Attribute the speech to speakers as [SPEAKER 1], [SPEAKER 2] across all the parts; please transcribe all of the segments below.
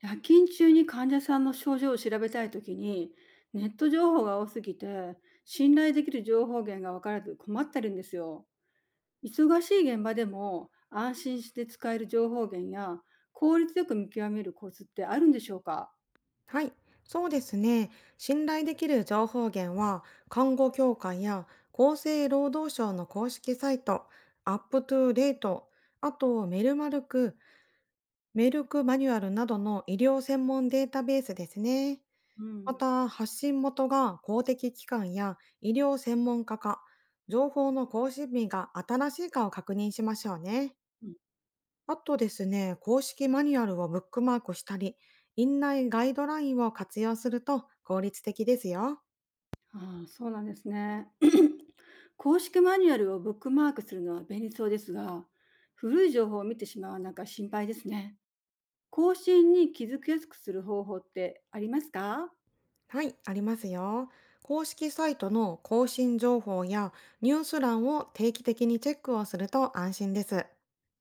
[SPEAKER 1] 夜勤中に患者さんの症状を調べたいときに、ネット情報が多すぎて、信頼できる情報源が分からず困ってるんですよ。忙しい現場でも安心して使える情報源や効率よく見極めるコツってあるんでしょうか？
[SPEAKER 2] はい、そうですね。信頼できる情報源は、看護協会や厚生労働省の公式サイト、アップトゥーレート、あとメルマルク、メルクマニュアルなどの医療専門データベースですね。
[SPEAKER 1] う
[SPEAKER 2] ま
[SPEAKER 1] ん、
[SPEAKER 2] た、発信元が公的機関や医療専門家か、情報の更新日が新しいかを確認しましょうね。
[SPEAKER 1] うん、
[SPEAKER 2] あとですね、公式マニュアルをブックマークしたり、院内ガイドラインを活用すると効率的ですよ。
[SPEAKER 1] ああ、そうなんですね。公式マニュアルをブックマークするのは便利そうですが、古い情報を見てしまうなんか心配ですね。更新に気づきやすくする方法ってありますか？
[SPEAKER 2] はい、ありますよ。公式サイトの更新情報やニュース欄を定期的にチェックをすると安心です。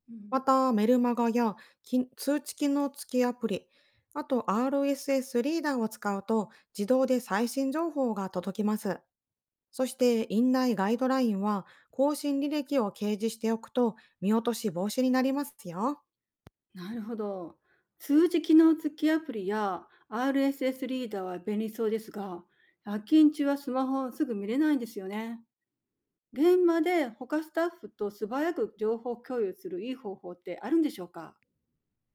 [SPEAKER 1] う
[SPEAKER 2] ま
[SPEAKER 1] ん。
[SPEAKER 2] た、メルマガや通知機能付きアプリ、あと RSS リーダーを使うと自動で最新情報が届きます。そして院内ガイドラインは更新履歴を掲示しておくと見落とし防止になりますよ。
[SPEAKER 1] なるほど。通知機能付きアプリや RSS リーダーは便利そうですが、夜勤中はスマホをすぐ見れないんですよね。現場で他スタッフと素早く情報共有するいい方法ってあるんでしょうか？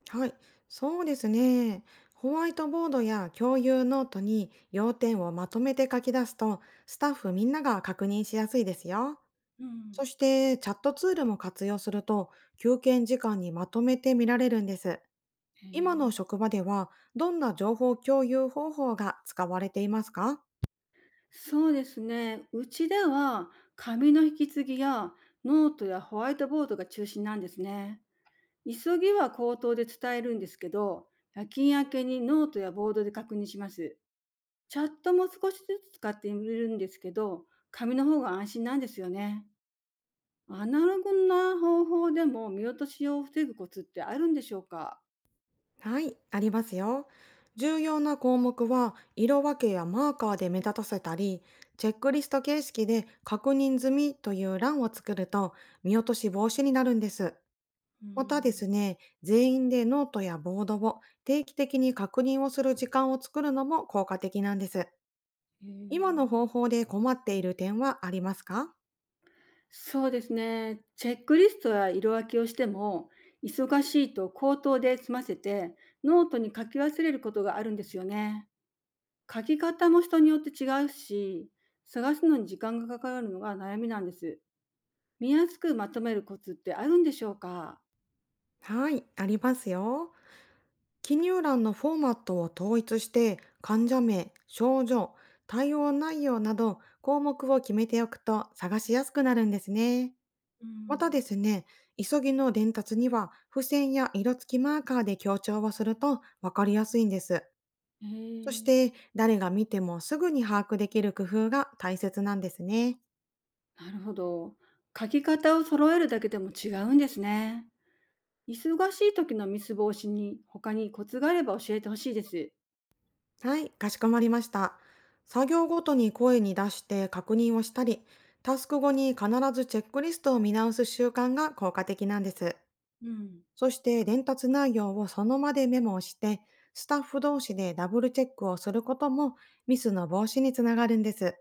[SPEAKER 2] はい、そうですね。ホワイトボードや共有ノートに要点をまとめて書き出すと、スタッフみんなが確認しやすいですよ。
[SPEAKER 1] うん、
[SPEAKER 2] そしてチャットツールも活用すると、休憩時間にまとめて見られるんです。
[SPEAKER 1] へ
[SPEAKER 2] 今の
[SPEAKER 1] え。
[SPEAKER 2] 職場では、どんな情報共有方法が使われていますか？
[SPEAKER 1] そうですね。うちでは紙の引き継ぎやノートやホワイトボードが中心なんですね。急ぎは口頭で伝えるんですけど、夜勤明けにノートやボードで確認します。チャットも少しずつ使っているんですけど、紙の方が安心なんですよね。アナログな方法でも見落としを防ぐコツってあるんでしょうか？
[SPEAKER 2] はい、ありますよ。重要な項目は色分けやマーカーで目立たせたり、チェックリスト形式で確認済みという欄を作ると、見落とし防止になるんです。
[SPEAKER 1] う
[SPEAKER 2] またで
[SPEAKER 1] ん。
[SPEAKER 2] すね、全員でノートやボードを定期的に確認をする時間を作るのも効果的なんです。
[SPEAKER 1] へ
[SPEAKER 2] 今の
[SPEAKER 1] ー。
[SPEAKER 2] 方法で困っている点はありますか？
[SPEAKER 1] そうですね。チェックリストや色分けをしても、忙しいと口頭で済ませて、ノートに書き忘れることがあるんですよね。書き方も人によって違うし、探すのに時間がかかるのが悩みなんです。見やすくまとめるコツってあるんでしょうか？
[SPEAKER 2] はい、ありますよ。記入欄のフォーマットを統一して、患者名、症状、対応内容など項目を決めておくと、探しやすくなるんですね。
[SPEAKER 1] う
[SPEAKER 2] またで
[SPEAKER 1] ん。
[SPEAKER 2] すね、急ぎの伝達には付箋や色付きマーカーで強調をするとわかりやすいんです。
[SPEAKER 1] へ
[SPEAKER 2] そし
[SPEAKER 1] え、
[SPEAKER 2] て、誰が見てもすぐに把握できる工夫が大切なんですね。
[SPEAKER 1] なるほど。書き方を揃えるだけでも違うんですね。忙しい時のミス防止に他にコツがあれば教えてほしいです。
[SPEAKER 2] はい、かしこまりました。作業ごとに声に出して確認をしたり、タスク後に必ずチェックリストを見直す習慣が効果的なんです。
[SPEAKER 1] うん。
[SPEAKER 2] そして伝達内容をその場でメモをして、スタッフ同士でダブルチェックをすることも、ミスの防止につながるんです。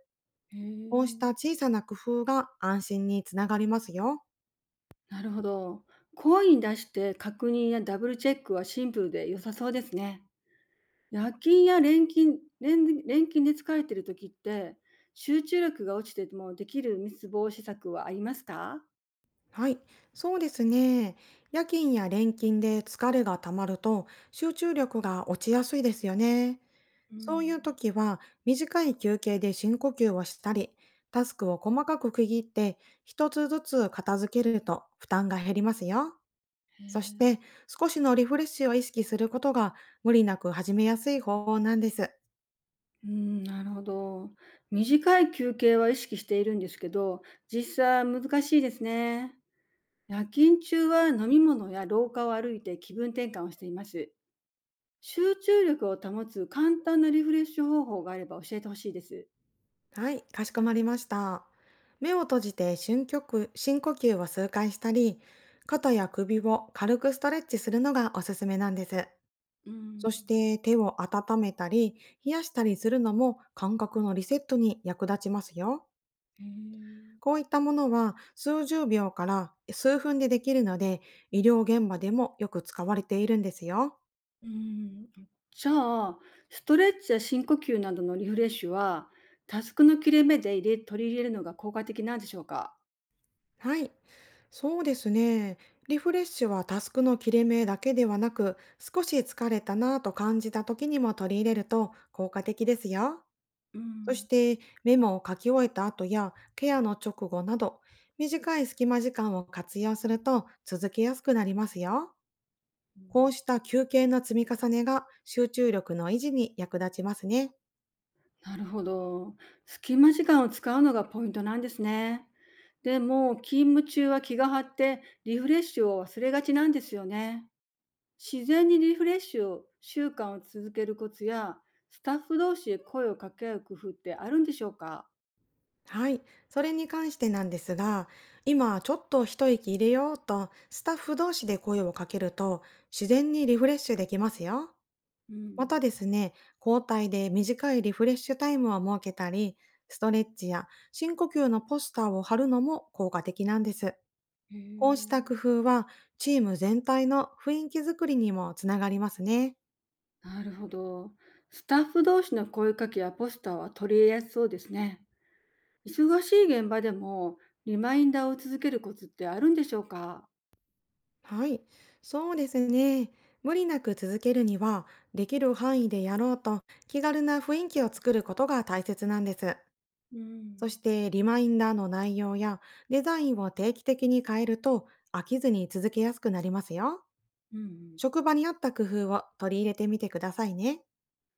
[SPEAKER 1] へ
[SPEAKER 2] こうし
[SPEAKER 1] え、
[SPEAKER 2] た小さな工夫が安心につながりますよ。
[SPEAKER 1] なるほど。声に出して確認やダブルチェックはシンプルで良さそうですね。夜勤や連勤、連連勤で疲れてる時って、集中力が落ちてもできるミス防止策はありますか？
[SPEAKER 2] はい、そうですね。夜勤や連勤で疲れが溜まると、集中力が落ちやすいですよね。
[SPEAKER 1] う
[SPEAKER 2] そういう
[SPEAKER 1] ん。
[SPEAKER 2] 時は、短い休憩で深呼吸をしたり、タスクを細かく区切って一つずつ片付けると負担が減りますよ。
[SPEAKER 1] へ
[SPEAKER 2] そし
[SPEAKER 1] え。
[SPEAKER 2] て、少しのリフレッシュを意識することが、無理なく始めやすい方法なんです。
[SPEAKER 1] うーん、なるほど。短い休憩は意識しているんですけど、実際は難しいですね。夜勤中は飲み物や廊下を歩いて気分転換をしています。集中力を保つ簡単なリフレッシュ方法があれば教えてほしいです。
[SPEAKER 2] はい、かしこまりました。目を閉じて深呼吸を数回したり、肩や首を軽くストレッチするのがおすすめなんです。
[SPEAKER 1] うーん。
[SPEAKER 2] そして手を温めたり、冷やしたりするのも感覚のリセットに役立ちますよ。
[SPEAKER 1] へえ。
[SPEAKER 2] こういったものは数十秒から数分でできるので、医療現場でもよく使われているんですよ。
[SPEAKER 1] うーん。じゃあ、ストレッチや深呼吸などのリフレッシュは、タスクの切れ目で入れ取り入れるのが効果的なんでしょうか。
[SPEAKER 2] はい、そうですね。リフレッシュはタスクの切れ目だけではなく、少し疲れたなぁと感じた時にも取り入れると効果的ですよ。
[SPEAKER 1] う
[SPEAKER 2] そし
[SPEAKER 1] ん。
[SPEAKER 2] てメモを書き終えた後やケアの直後など、短い隙間時間を活用すると続けやすくなりますよ。こうした休憩の積み重ねが集中力の維持に役立ちますね。
[SPEAKER 1] なるほど。隙間時間を使うのがポイントなんですね。でも、勤務中は気が張ってリフレッシュを忘れがちなんですよね。自然にリフレッシュを習慣を続けるコツや、スタッフ同士で声を掛け合う工夫ってあるんでしょうか？
[SPEAKER 2] はい。それに関してなんですが、今ちょっと一息入れようとスタッフ同士で声をかけると、自然にリフレッシュできますよ。
[SPEAKER 1] う
[SPEAKER 2] ま
[SPEAKER 1] ん。
[SPEAKER 2] たですね、交代で短いリフレッシュタイムを設けたり、ストレッチや深呼吸のポスターを貼るのも効果的なんです。
[SPEAKER 1] へ
[SPEAKER 2] こうした
[SPEAKER 1] え。
[SPEAKER 2] 工夫は、チーム全体の雰囲気づくりにもつながりますね。
[SPEAKER 1] なるほど。スタッフ同士の声かけやポスターは取り入れやすそうですね。忙しい現場でもリマインダーを続けるコツってあるんでしょうか？
[SPEAKER 2] はい、そうですね。無理なく続けるには、できる範囲でやろうと気軽な雰囲気を作ることが大切なんです。
[SPEAKER 1] う
[SPEAKER 2] そし
[SPEAKER 1] ん。
[SPEAKER 2] て、リマインダーの内容やデザインを定期的に変えると、飽きずに続けやすくなりますよ。
[SPEAKER 1] うんうん。
[SPEAKER 2] 職場に合った工夫を取り入れてみてくださいね。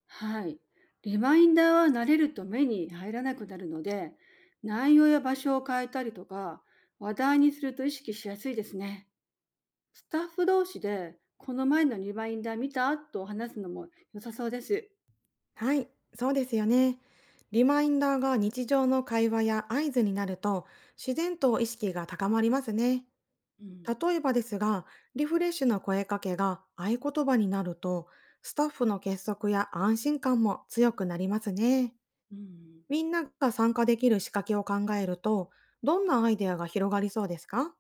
[SPEAKER 1] はい。リマインダーは慣れると目に入らなくなるので、内容や場所を変えたりとか、話題にすると意識しやすいですね。スタッフ同士で、この前のリマインダー見たと話すのも良さそうです。
[SPEAKER 2] はい、そうですよね。リマインダーが日常の会話や合図になると、自然と意識が高まりますね。
[SPEAKER 1] うん、
[SPEAKER 2] 例えばですが、リフレッシュな声かけが合言葉になると、スタッフの結束や安心感も強くなりますね。
[SPEAKER 1] うん、
[SPEAKER 2] みんなが参加できる仕掛けを考えると、どんなアイデアが広がりそうですか？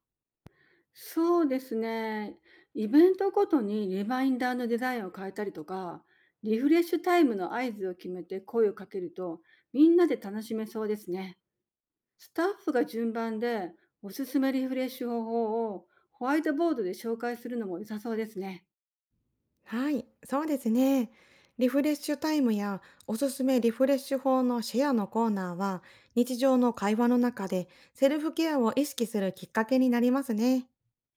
[SPEAKER 1] そうですね。イベントごとにリマインダーのデザインを変えたりとか、リフレッシュタイムの合図を決めて声をかけると、みんなで楽しめそうですね。スタッフが順番でおすすめリフレッシュ方法をホワイトボードで紹介するのも良さそうですね。
[SPEAKER 2] はい、そうですね。リフレッシュタイムやおすすめリフレッシュ法のシェアのコーナーは、日常の会話の中でセルフケアを意識するきっかけになりますね。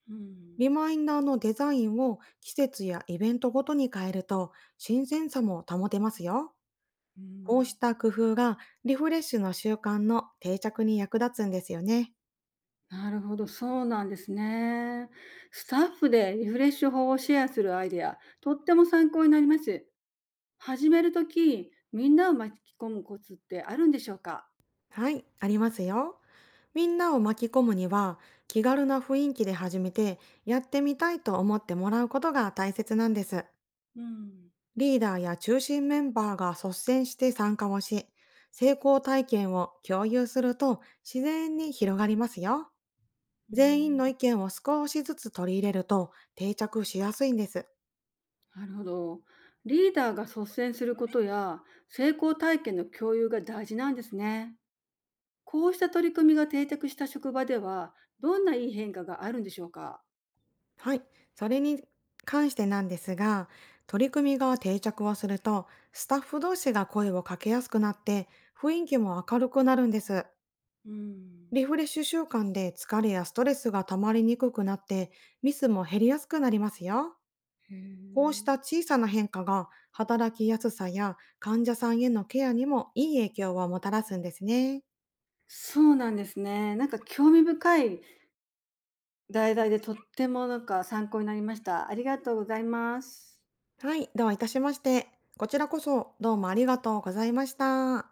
[SPEAKER 1] うん、
[SPEAKER 2] リマインダーのデザインを季節やイベントごとに変えると、新鮮さも保てますよ。
[SPEAKER 1] う
[SPEAKER 2] こう
[SPEAKER 1] ん、
[SPEAKER 2] した工夫が、リフレッシュの習慣の定着に役立つんですよね。
[SPEAKER 1] なるほど、そうなんですね。スタッフでリフレッシュ法をシェアするアイデア、とっても参考になります。始めるとき、みんなを巻き込むコツってあるんでしょうか？
[SPEAKER 2] はい、ありますよ。みんなを巻き込むには、気軽な雰囲気で始めて、やってみたいと思ってもらうことが大切なんです。
[SPEAKER 1] うん、
[SPEAKER 2] リーダーや中心メンバーが率先して参加をし、成功体験を共有すると自然に広がりますよ。
[SPEAKER 1] う
[SPEAKER 2] 全員
[SPEAKER 1] ん、
[SPEAKER 2] の意見を少しずつ取り入れると定着しやすいんです。
[SPEAKER 1] なるほど。リーダーが率先することや成功体験の共有が大事なんですね。こうした取り組みが定着した職場では、どんないい変化があるんでしょうか？
[SPEAKER 2] はい。それに関してなんですが、取り組みが定着をすると、スタッフ同士が声をかけやすくなって、雰囲気も明るくなるんです。
[SPEAKER 1] うん。
[SPEAKER 2] リフレッシュ習慣で疲れやストレスが溜まりにくくなって、ミスも減りやすくなりますよ。
[SPEAKER 1] へ
[SPEAKER 2] こうし
[SPEAKER 1] え。
[SPEAKER 2] た小さな変化が、働きやすさや患者さんへのケアにもいい影響をもたらすんですね。
[SPEAKER 1] そうなんですね。なんか興味深い題材でとってもなんか参考になりました。ありがとうございます。
[SPEAKER 2] はい、どういたしまして。こちらこそどうもありがとうございました。